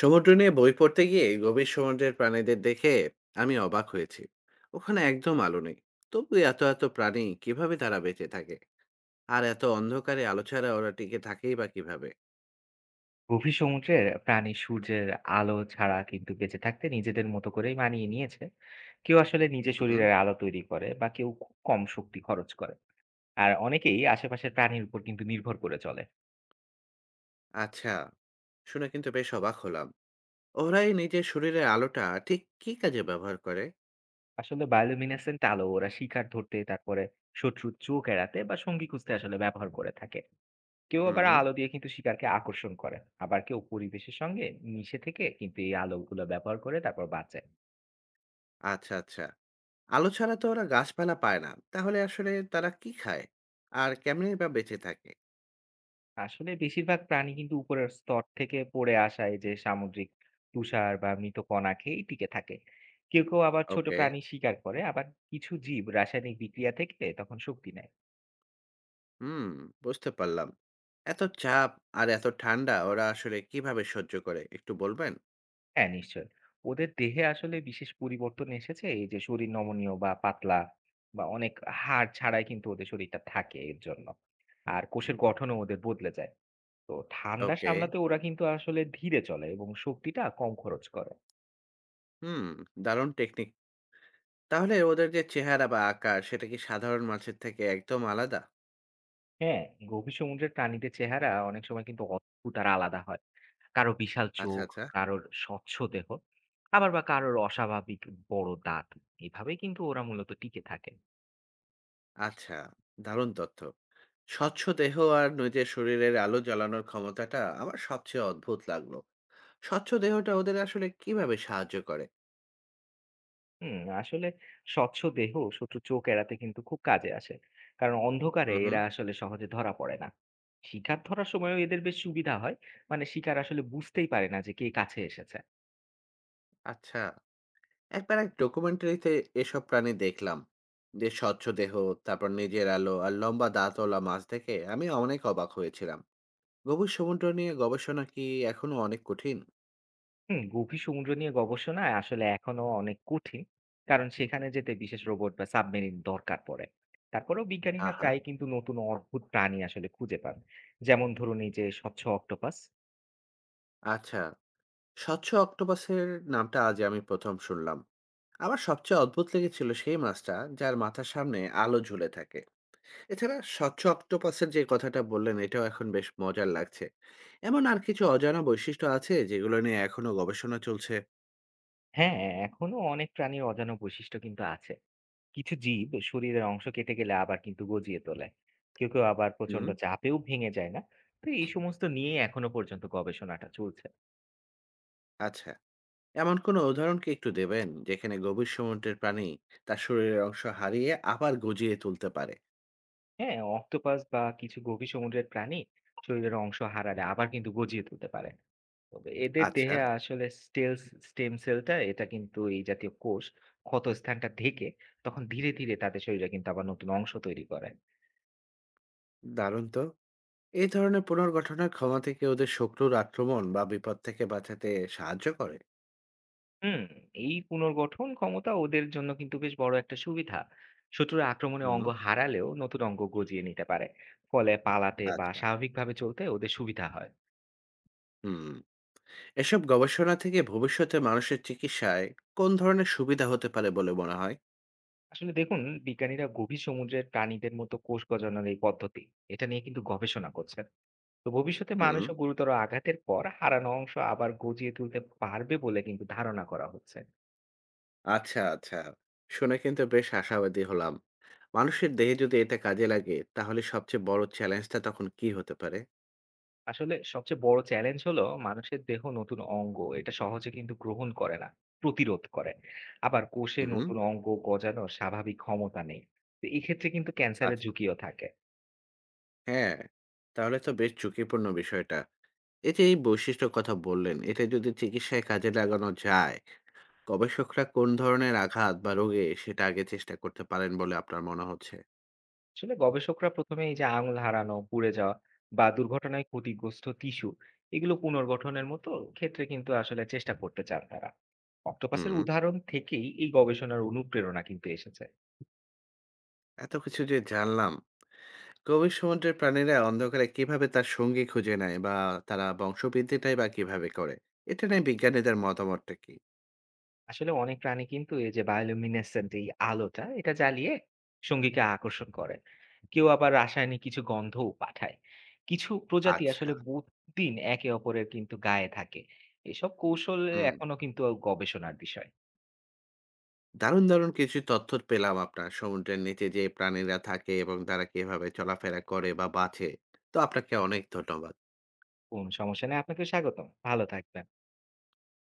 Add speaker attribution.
Speaker 1: সমুদ্র নিয়ে বই পড়তে গিয়ে গভীর সমুদ্রের প্রাণীদের দেখে আমি অবাক হয়েছি। ওখানে একদম আলো নেই, তবু এত এত প্রাণী কিভাবে তারা বেঁচে থাকে? আর এত অন্ধকারে আলো ছাড়া ওরা টিকে থাকেই বা কিভাবে?
Speaker 2: গভীর সমুদ্রের প্রাণী সূর্যের আলো ছাড়া কিন্তু বেঁচে থাকতে নিজেদের মতো করেই মানিয়ে নিয়েছে। কেউ আসলে নিজে
Speaker 1: হুম।
Speaker 2: শরীরের আলো তৈরি করে বা কেউ খুব কম শক্তি খরচ করে। আর অনেকেই আশেপাশের প্রাণীর উপর কিন্তু নির্ভর করে চলে।
Speaker 1: আচ্ছা, শুনে কিন্তু বেশ অবাক হলাম। ওরাই নিজের শরীরের আলোটা ঠিক কি কাজে ব্যবহার করে?
Speaker 2: আসলে বায়োলুমিনেসেন্ট আলো ওরা শিকার ধরতে, তারপরে শত্রুর চোখ এড়াতে বা সঙ্গী খুঁজতে আসলে ব্যবহার করে থাকে। কেউ
Speaker 1: হুম
Speaker 2: আবার
Speaker 1: হুম।
Speaker 2: আলো দিয়ে কিন্তু শিকারকে আকর্ষণ করে। আবার কেউ পরিবেশের সঙ্গে মিশে থেকে কিন্তু এই আলোগুলো ব্যবহার করে তারপর বাঁচে।
Speaker 1: আচ্ছা আচ্ছা। আলো ছাড়া তো ওরা গাছপালা পায় না, তাহলে আসলে তারা কি খায় আর কেমনি বা বেঁচে থাকে?
Speaker 2: আসলে বেশিরভাগ প্রাণী কিন্তু উপরের স্তর থেকে পড়ে আসায় যে সামুদ্রিক তুষার বা মৃত কণা খেয়েই টিকে থাকে। কেউ কেউ আবার ছোট
Speaker 1: ওকে।
Speaker 2: প্রাণী শিকার করে। আবার কিছু জীব রাসায়নিক বিক্রিয়া থেকে তখন শক্তি নেয়।
Speaker 1: হুম। বুঝতে পারলাম। এত চাপ আর এত ঠান্ডা ওরা আসলে কিভাবে সহ্য করে একটু বলবেন?
Speaker 2: হ্যাঁ, নিশ্চয়। ওদের দেহে আসলে বিশেষ পরিবর্তন এসেছে, এই যে শরীর নমনীয় বা পাতলা বা অনেক হাড় ছাড়াই কিন্তু ওদের শরীরটা থাকে এর জন্য। আর কোষের গঠনও ওদের বদলে যায়। তো ঠান্ডা
Speaker 1: ওকে।
Speaker 2: সামলাতে ওরা কিন্তু আসলে ধীরে চলে এবং শক্তিটা কম খরচ করে।
Speaker 1: হুম। দারুণ টেকনিক। তাহলে ওদের যে চেহারা বা আকার সেটা কি সাধারণ মাছের থেকে একদম আলাদা?
Speaker 2: হ্যাঁ, গভীর সমুদ্রের প্রাণীদের চেহারা অনেক সময় কিন্তু অদ্ভুত আর আলাদা হয়। কারো বিশাল
Speaker 1: আচ্ছা
Speaker 2: চোখ,
Speaker 1: আচ্ছা।
Speaker 2: কারোর স্বচ্ছ দেহ, আবার বা কারোর অস্বাভাবিক বড় দাঁত। এভাবেই কিন্তু ওরা মূলত টিকে থাকে।
Speaker 1: আচ্ছা। দারুণ তথ্য। স্বচ্ছ দেহ আর নিজের শরীরের আলো জ্বালানোর ক্ষমতাটা আমার সবচেয়ে অদ্ভুত লাগলো। স্বচ্ছ দেহটা ওদের আসলে কিভাবে সাহায্য করে?
Speaker 2: হুম, আসলে স্বচ্ছ দেহ শত্রু চোখ এড়াতে কিন্তু খুব কাজে আসে। কারণ অন্ধকারে
Speaker 1: হুম হুম।
Speaker 2: এরা আসলে সহজে ধরা পড়ে না। শিকার ধরার সময়ও এদের বেশ সুবিধা হয়। মানে শিকার আসলে বুঝতেই পারে না যে কে কাছে এসেছে।
Speaker 1: আচ্ছা, একবার এক ডকুমেন্টারিতে এসব প্রাণী দেখলাম, যে স্বচ্ছ দেহ, তারপর নিজের আলো আর লম্বা দাঁতওয়ালা মাছ দেখে আমি অনেক অবাক হয়েছিলাম। গভীর সমুদ্র নিয়ে গবেষণা কি এখনো অনেক কঠিন?
Speaker 2: হুম, গভীর সমুদ্র নিয়ে গবেষণা আসলে এখনো অনেক কঠিন। কারণ সেখানে যেতে বিশেষ রোবট বা সাবমেরিন দরকার পড়ে। তারপরেও বিজ্ঞানীরা
Speaker 1: আহা।
Speaker 2: প্রায় কিন্তু নতুন অদ্ভুত প্রাণী আসলে খুঁজে পান, যেমন ধরুন এই যে স্বচ্ছ অক্টোপাস।
Speaker 1: আচ্ছা, স্বচ্ছ অক্টোপাসের নামটা আজ আমি প্রথম শুনলাম। আমার সবচেয়ে অদ্ভুত লেগেছিল সেই মাছটা যার মাথার সামনে আলো ঝুলে থাকে। এছাড়া স্বচ্ছ অক্টোপাসের যে কথাটা বললেন এটাও এখন বেশ মজার লাগছে। এমন আর কিছু অজানা বৈশিষ্ট্য আছে যেগুলো নিয়ে এখনো গবেষণা চলছে?
Speaker 2: হ্যাঁ, এখনো অনেক প্রাণীর অজানা বৈশিষ্ট্য কিন্তু আছে। কিছু জীব শরীরের অংশ কেটে গেলে আবার কিন্তু গজিয়ে তোলে। কেউ কেউ আবার প্রচন্ড
Speaker 1: হুম।
Speaker 2: চাপেও ভেঙে যায় না। তো এই সমস্ত নিয়ে এখনো পর্যন্ত গবেষণাটা চলছে।
Speaker 1: আচ্ছা, এমন কোনো উদাহরণ কি একটু দেবেন যেখানে গভীর সমুদ্রের প্রাণী তার শরীরের অংশ হারিয়ে আবার গজিয়ে তুলতে পারে?
Speaker 2: হ্যাঁ, অক্টোপাস বা কিছু গভীর সমুদ্রের প্রাণী শরীরের অংশ হারালে আবার কিন্তু গজিয়ে তুলতে পারে। তবে এদের
Speaker 1: আচ্ছা।
Speaker 2: দেহে আসলে স্টেলস স্টেম সেলটা, এটা কিন্তু এই জাতীয় কোষ ক্ষত স্থানটা ঢেকে তখন ধীরে ধীরে তাদের শরীরে কিন্তু আবার নতুন অংশ তৈরি করে।
Speaker 1: দারুণ তো! এই ধরনের পুনর্গঠনের ক্ষমা থেকে ওদের শত্রুর আক্রমণ বা বিপদ থেকে বাঁচাতে সাহায্য করে?
Speaker 2: হুম, এই পুনর্গঠন ক্ষমতা ওদের জন্য কিন্তু বেশ বড় একটা সুবিধা। শত্রুর আক্রমণে
Speaker 1: হুম।
Speaker 2: অঙ্গ হারালেও নতুন অঙ্গ গজিয়ে নিতে পারে। ফলে পালাতে বা
Speaker 1: আচ্ছা।
Speaker 2: স্বাভাবিকভাবে চলতে ওদের সুবিধা হয়।
Speaker 1: হুম। এসব গবেষণা থেকে ভবিষ্যতে মানুষের চিকিৎসায় কোন ধরনের সুবিধা হতে পারে বলে মনে হয়?
Speaker 2: আসলে দেখুন, বিজ্ঞানীরা গভীর সমুদ্রের প্রাণীদের মতো কোষ গজানোর এই পদ্ধতি, এটা নিয়ে কিন্তু গবেষণা করছেন। তো ভবিষ্যতে
Speaker 1: হুম।
Speaker 2: মানুষও গুরুতর আঘাতের পর হারানো অংশ আবার গজিয়ে তুলতে পারবে বলে কিন্তু ধারণা করা হচ্ছে।
Speaker 1: আচ্ছা আচ্ছা, শুনে কিন্তু বেশ আশাবাদী হলাম। মানুষের দেহে যদি এটা কাজে লাগে তাহলে সবচেয়ে বড় চ্যালেঞ্জটা তখন কি হতে পারে?
Speaker 2: আসলে সবচেয়ে বড় চ্যালেঞ্জ হলো মানুষের দেহ নতুন অঙ্গ এটা সহজে কিন্তু গ্রহণ করে না, প্রতিরোধ করে। আবার কোষে
Speaker 1: হুম।
Speaker 2: নতুন অঙ্গ গজানোর স্বাভাবিক ক্ষমতা নেই। তো এক্ষেত্রে কিন্তু ক্যান্সারের
Speaker 1: আচ্ছা,
Speaker 2: ঝুঁকিও থাকে।
Speaker 1: হ্যাঁ, তাহলে তো বেশ ঝুঁকিপূর্ণ বিষয়টা। এই যে এই বৈশিষ্ট্যর কথা বললেন, এটা যদি চিকিৎসায় কাজে লাগানো যায়, গবেষকরা কোন ধরনের আঘাত বা রোগে সেটা আগে চেষ্টা করতে পারেন বলে আপনার মনে হচ্ছে?
Speaker 2: আসলে গবেষকরা প্রথমে এই যে আঙুল হারানো, পুড়ে যাওয়া বা দুর্ঘটনায় ক্ষতিগ্রস্ত টিস্যু, এগুলো পুনর্গঠনের মতো ক্ষেত্রে কিন্তু আসলে চেষ্টা করতে চান তারা। অক্টোপাসের
Speaker 1: হুম,
Speaker 2: উদাহরণ থেকেই এই গবেষণার অনুপ্রেরণা কিন্তু এসেছে।
Speaker 1: এত কিছু যে জানলাম। গভীর সমুদ্রের প্রাণীরা অন্ধকারে কিভাবে তার সঙ্গী খুঁজে নেয় বা তারা বংশবৃদ্ধিটাই বা কিভাবে করে? এটা নিয়ে বিজ্ঞানীদের মতামতটা কি?
Speaker 2: আসলে অনেক প্রাণী কিন্তু এই যে বায়োলুমিনেসেন্ট এই আলোটা এটা জ্বালিয়ে সঙ্গীকে আকর্ষণ করে। কেউ আবার রাসায়নিক কিছু গন্ধও পাঠায়। কিছু প্রজাতি
Speaker 1: আচ্ছা,
Speaker 2: আসলে বহুদিন একে অপরের কিন্তু গায়ে থাকে। এসব কৌশল
Speaker 1: হুম।
Speaker 2: এখনো কিন্তু গবেষণার বিষয়।
Speaker 1: দারুণ, দারুণ কিছু তথ্য পেলাম আপনার। সমুদ্রের নিচে যে প্রাণীরা থাকে এবং তারা কিভাবে চলাফেরা করে বা বাঁচে। তো আপনাকে অনেক ধন্যবাদ।
Speaker 2: কোন সমস্যা নেই। আপনাকেও স্বাগতম। ভালো থাকবেন।